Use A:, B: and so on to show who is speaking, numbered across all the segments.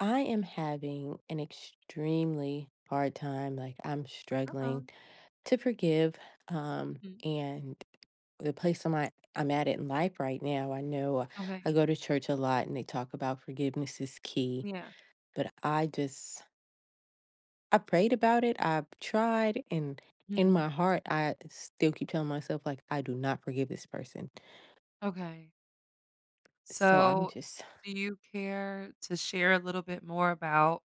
A: I am having an extremely hard time. Like I'm
B: Uh-oh.
A: struggling to forgive. Um,
B: Mhm.
A: and the place I'm at in life right now, I know,
B: Okay.
A: I go to church a lot and they talk about forgiveness is key,
B: Yeah.
A: but I prayed about it. I've tried, and in
B: Mhm.
A: my heart I still keep telling myself like I do not forgive this person.
B: Okay.
A: So I'm
B: So,
A: just
B: do you care to share a little bit more about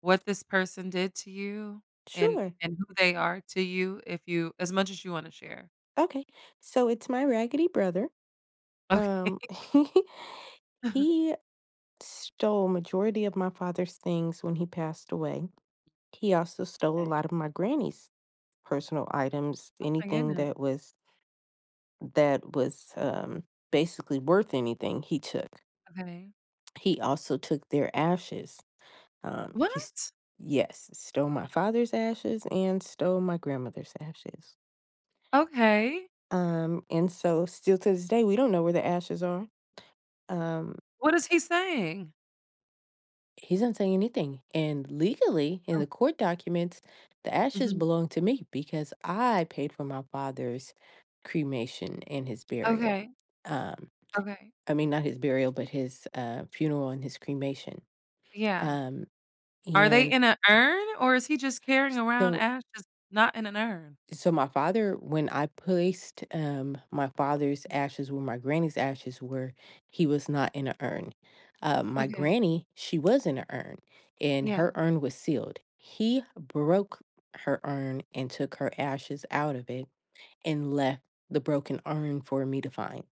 B: what this person did to you and
A: sure.
B: and who they are to you if you as much as you wanna share?
A: Okay. So it's my raggedy brother. Um
B: Okay.
A: he stole majority of my father's things when he passed away. He also stole a
B: Okay.
A: lot of my granny's personal items,
B: Oh my
A: anything
B: goodness.
A: that was that was um, basically worth anything. He took.
B: Okay.
A: He also took their ashes. Um, he, s-
B: What?
A: yes, stole my father's ashes and stole my grandmother's ashes.
B: Okay.
A: And so still to this day, we don't know where the ashes are. Um,
B: What is he saying?
A: He doesn't say anything, and legally, in
B: Oh,
A: the court documents, the ashes
B: mhm.
A: belong to me because I paid for my father's cremation and his burial.
B: Okay,
A: Um,
B: okay.
A: I mean, not his burial, but his, funeral and his cremation.
B: Yeah.
A: Um,
B: Are they
A: and
B: in an urn or is he just carrying around
A: so
B: ashes not in an urn?
A: So my father, when I placed my father's ashes where my granny's ashes were, he was not in an urn. My
B: Okay.
A: granny, she was in an urn, and
B: Yeah.
A: her urn was sealed. He broke her urn and took her ashes out of it and left the broken urn for me to find.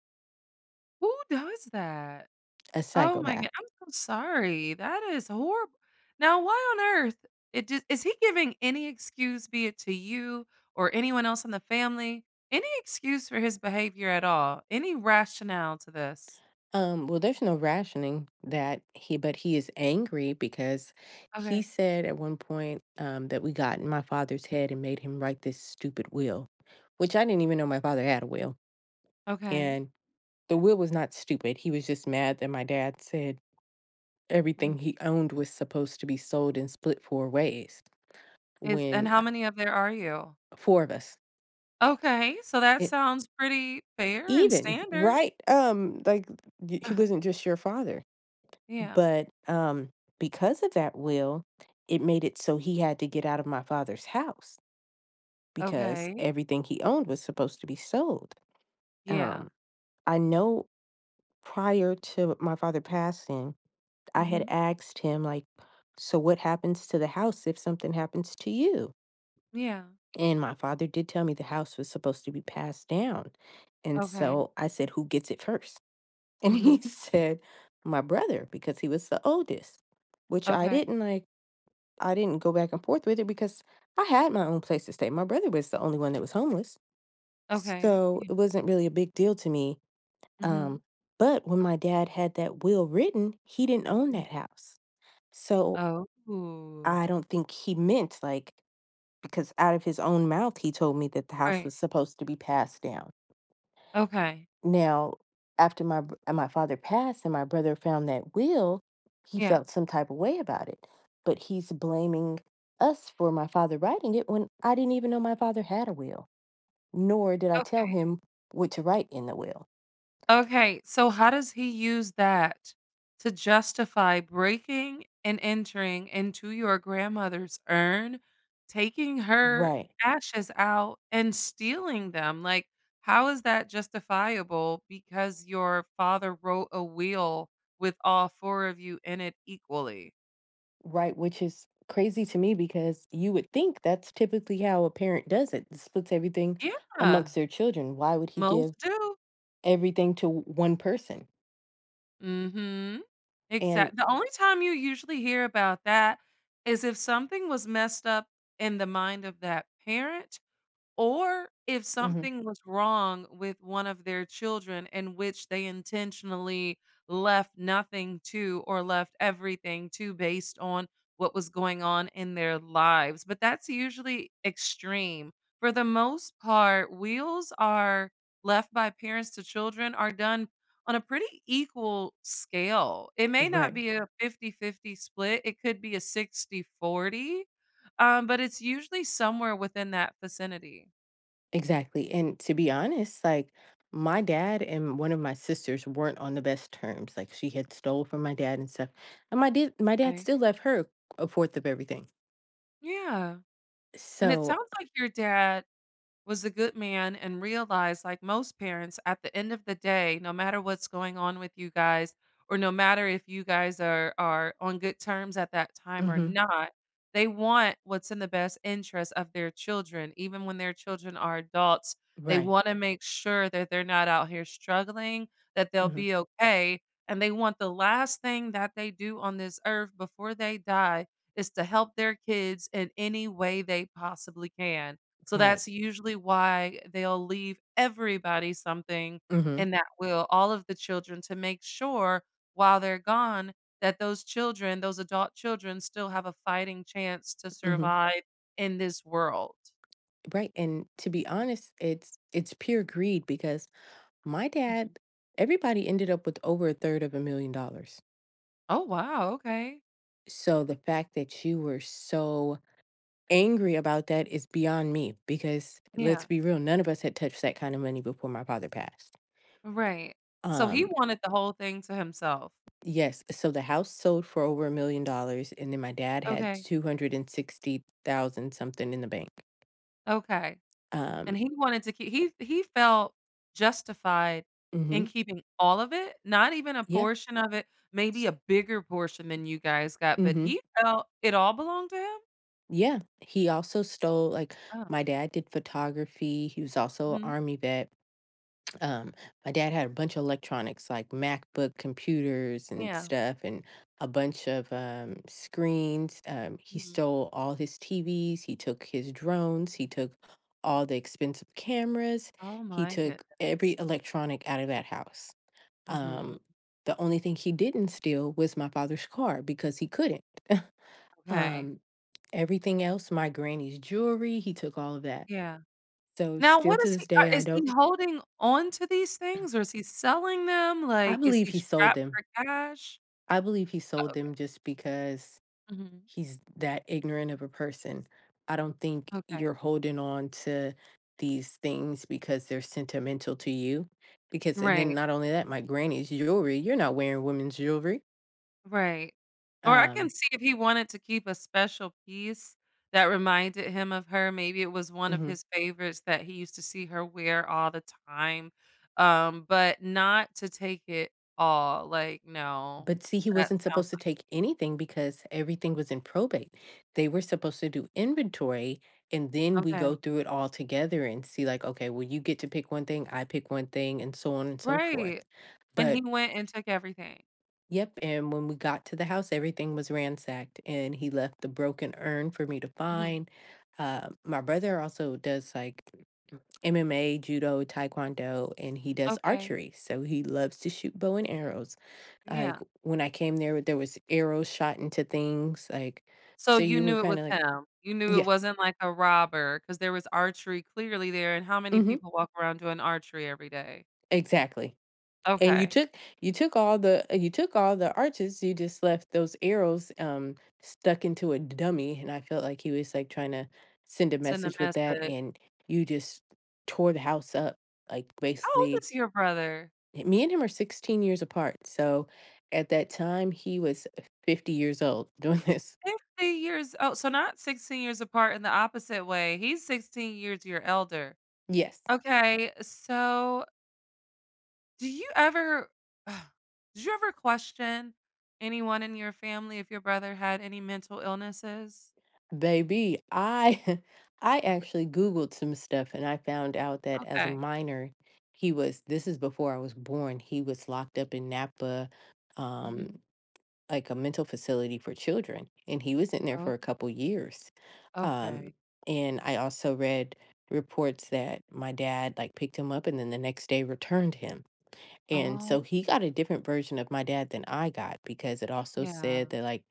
B: Who does that?
A: A
B: Oh my
A: psychopath.
B: god, I'm so sorry. That is horrible. Now, why on earth it just is he giving any excuse, be it to you or anyone else in the family, any excuse for his behavior at all? Any rationale to this?
A: Well, there's no rationing that he, but he is angry because he
B: Okay.
A: said at 1 point, that we got in my father's head and made him write this stupid will, which I didn't even know my father had a will.
B: Okay.
A: And the will was not stupid. He was just mad that my dad said
B: Mhm.
A: everything he owned was supposed to be sold and split four ways
B: Is and
A: when,
B: how many of there are you?
A: four of us,
B: Okay, so that
A: it,
B: sounds pretty fair and
A: even,
B: standard.
A: right? Like he wasn't just your father.
B: Yeah.
A: But because of that will, it made it so he had to get out of my father's house because
B: Okay.
A: everything he owned was supposed to be sold.
B: Yeah.
A: Um, I know prior to my father passing, I had
B: Mhm.
A: asked him, like, so what happens to the house if something happens to you?
B: Yeah.
A: And my father did tell me the house was supposed to be passed down. And
B: Okay.
A: so I said, who gets it first? And he
B: Mhm.
A: said, my brother, because he was the oldest, which I
B: Okay.
A: didn't like. I didn't go back and forth with it because I had my own place to stay. My brother was the only one that was homeless,
B: Okay.
A: so it wasn't really a big deal to me. Um,
B: Mhm,
A: but when my dad had that will written, he didn't own
B: mhm.
A: that house. So
B: Oh. Ooh.
A: I don't think he meant like, because out of his own mouth he told me that the house
B: Right.
A: was supposed to be passed down.
B: Okay.
A: Now, after my father passed and my brother found that will, he
B: Yeah.
A: felt some type of way about it, but he's blaming us for my father writing it when I didn't even know my father had a will, nor did I tell
B: Okay.
A: him what to write in the will.
B: Okay, so how does he use that to justify breaking and entering into your grandmother's urn, taking her
A: Right.
B: ashes out and stealing them? Like, how is that justifiable because your father wrote a will with all 4 of you in it equally?
A: Right, which is crazy to me because you would think that's typically how a parent does it, splits everything
B: Yeah,
A: amongst their children. Why would he
B: most
A: give
B: do.
A: everything to one person?
B: Mhm.
A: And
B: Exactly. The only time you usually hear about that is if something was messed up in the mind of that parent or if
A: mhm.
B: something was wrong with one of their children in which they intentionally left nothing to or left everything to based on what was going on in their lives, but that's usually extreme. For the most part, wheels are left by parents to children are done on a pretty equal scale. It may not
A: Right.
B: be a 50-50 split, it could be a 60-40, but it's usually somewhere within that vicinity.
A: Exactly, and to be honest, like, my dad and one of my sisters weren't on the best terms, like, she had stole from my dad and stuff, and my dad
B: Okay.
A: still left her a fourth of everything.
B: Yeah, and it
A: So
B: sounds like your dad, was a good man and realized, like most parents, at the end of the day, no matter what's going on with you guys, or no matter if you guys are on good terms at that time or
A: mhm,
B: not, they want what's in the best interest of their children. Even when their children are adults, they
A: right,
B: want to make sure that they're not out here struggling, that they'll
A: mhm,
B: be okay. And they want the last thing that they do on this earth before they die is to help their kids in any way they possibly can so
A: right,
B: that's usually why they'll leave everybody something
A: mhm,
B: in that will, all of the children, to make sure while they're gone that those children, those adult children, still have a fighting chance to
A: mhm,
B: survive in this world.
A: right, and to be honest, it's pure greed because my
B: Mhm.
A: dad, everybody ended up with over a third of $1 million.
B: Oh, wow, okay.
A: So the fact that you were so angry about that is beyond me because let's
B: Yeah,
A: be real, none of us had touched that kind of money before my father passed.
B: right. So he
A: Um,
B: wanted the whole thing to himself.
A: yes, so the house sold for over $1 million, and then my dad had
B: Okay,
A: 260,000 something in the bank.
B: okay.
A: Um,
B: And he wanted to keep he felt justified
A: mm-hmm,
B: in keeping all of it, not even a
A: yeah,
B: portion of it, maybe a bigger portion than you guys got, but
A: mm-hmm,
B: he felt it all belonged to him?
A: yeah. He also stole like
B: Oh,
A: my dad did photography. He was also an
B: mhm,
A: army vet. Um, my dad had a bunch of electronics like MacBook computers and
B: yeah,
A: stuff, and a bunch of screens. He
B: mhm.
A: stole all his TVs. He took his drones. He took all the expensive cameras.
B: Oh
A: He
B: my goodness.
A: took every electronic out of that house.
B: Mhm,
A: Um, the only thing he didn't steal was my father's car because he couldn't.
B: okay,
A: Um, Everything else, my granny's jewelry, he took all of that.
B: yeah.
A: So,
B: Now
A: still
B: what
A: to this day, I
B: is he
A: don't,
B: holding on to these things or is he selling them?
A: I
B: Like, is
A: believe
B: he
A: he sold
B: strapped
A: them.
B: for cash?
A: I believe he sold them just because
B: Mhm,
A: he's that ignorant of a person. I don't think
B: okay,
A: you're holding on to these things because they're sentimental to you. Because, and then
B: right.
A: not only that, my granny's jewelry, you're not wearing women's jewelry.
B: Right. Or I can
A: Um,
B: see if he wanted to keep a special piece that reminded him of her. Maybe it was one of
A: mhm.
B: his favorites that he used to see her wear all the time, but not to take it all. Like, no,
A: But see, he
B: that
A: wasn't
B: sounds
A: supposed to take anything because everything was in probate. They were supposed to do inventory and then
B: like
A: we
B: okay.
A: go through it all together and see, like, okay, well, you get to pick one thing, I pick one thing, and so on and so forth.
B: Right. And he
A: But
B: went and took everything.
A: yep, and when we got to the house, everything was ransacked, and he left the broken urn for me to
B: Mhm.
A: find. My brother also does like MMA, judo, taekwondo, and he does
B: Okay.
A: archery. So he loves to shoot bow and arrows. Like
B: Yeah.
A: when I came there, there was arrows shot into things. Like,
B: So
A: so
B: you
A: you were
B: knew it
A: kind
B: was
A: of like,
B: him. You knew it
A: yeah,
B: wasn't like a robber because there was archery clearly there. And how many
A: hmm,
B: people walk around doing archery every day?
A: exactly. And you
B: Okay.
A: took, all the you took all the arches. You just left those arrows stuck into a dummy, and I felt like he was like trying to send a
B: Send a
A: message with that.
B: message.
A: And you just tore the house up, like,
B: How old
A: basically
B: is your brother?
A: me and him are 16 years apart, so at that time he was 50 years old doing this.
B: 50 years oh, so not 16 years apart in the opposite way. He's 16 years your elder.
A: Yes.
B: Okay, so do you ever did you ever question anyone in your family if your brother had any mental illnesses?
A: Baby, I I actually Googled some stuff and I found out that as a
B: Okay.
A: minor, he was, this is before I was born, he was locked up in Napa, um,
B: Mhm.
A: like a mental facility for children. And he was in there for
B: Oh,
A: a couple years. Um,
B: okay.
A: and I also read reports that my dad like picked him up and then the next day returned him. And so
B: Oh,
A: he got a different version of my dad than I got because it also said
B: yeah.
A: that like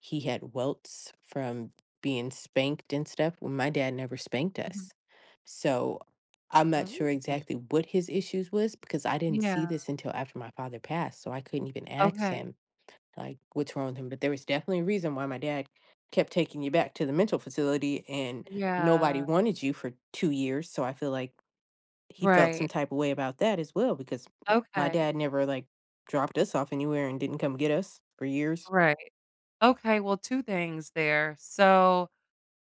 A: he had welts from being spanked and stuff when my dad never spanked
B: Mhm.
A: us. So I'm not
B: Oh,
A: sure exactly what his issues was because I didn't see
B: yeah.
A: this until after my father passed. So I couldn't even ask
B: Okay.
A: him like what's wrong with him. But there was definitely a reason why my dad kept taking you back to the mental facility and nobody
B: Yeah.
A: wanted you for 2 years. So I feel like he felt some
B: Right.
A: type of way about that as well because m my dad
B: Okay.
A: never, like, dropped us off anywhere and didn't come get us for years.
B: Right. Okay, well, 2 things there. So,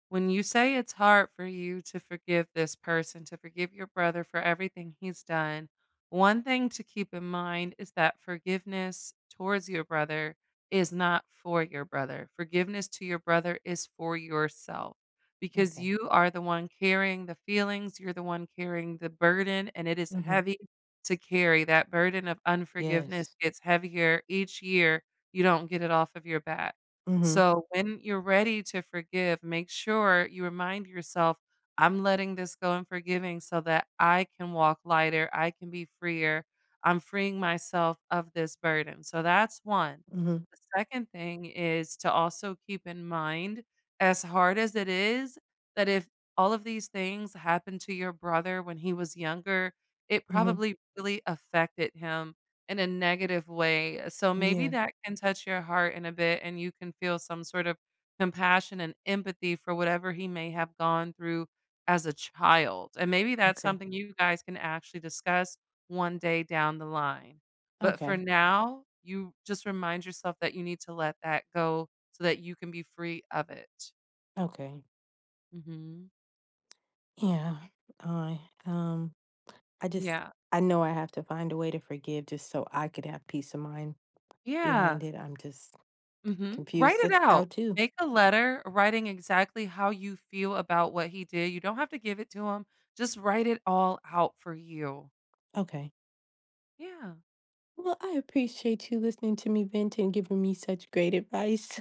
B: when you say it's hard for you to forgive this person, to forgive your brother for everything he's done, one thing to keep in mind is that forgiveness towards your brother is not for your brother. Forgiveness to your brother is for yourself because
A: Okay.
B: you are the one carrying the feelings, you're the one carrying the burden, and it is
A: Mhm.
B: heavy to carry. That burden of unforgiveness
A: Yes.
B: gets heavier each year. You don't get it off of your back.
A: Mhm.
B: So when you're ready to forgive, make sure you remind yourself, I'm letting this go and forgiving so that I can walk lighter, I can be freer. I'm freeing myself of this burden. So that's one.
A: Mhm.
B: The second thing is to also keep in mind, as hard as it is, that if all of these things happened to your brother when he was younger, it
A: Mhm.
B: probably really affected him in a negative way, so maybe
A: Yeah.
B: that can touch your heart in a bit and you can feel some sort of compassion and empathy for whatever he may have gone through as a child, and maybe that's
A: Okay.
B: something you guys can actually discuss one day down the line. But for
A: Okay.
B: now, you just remind yourself that you need to let that go so that you can be free of it.
A: Okay.
B: Mhm.
A: Yeah. I, um, I just
B: Yeah.
A: I know I have to find a way to forgive just so I could have peace of mind
B: Yeah.
A: behind it. I'm just
B: Mhm. Write
A: confused.
B: it
A: That's how
B: out.
A: to.
B: Make a letter writing exactly how you feel about what he did. You don't have to give it to him. Just write it all out for you.
A: Okay.
B: Yeah.
A: Well, I appreciate you listening to me vent and giving me such great advice.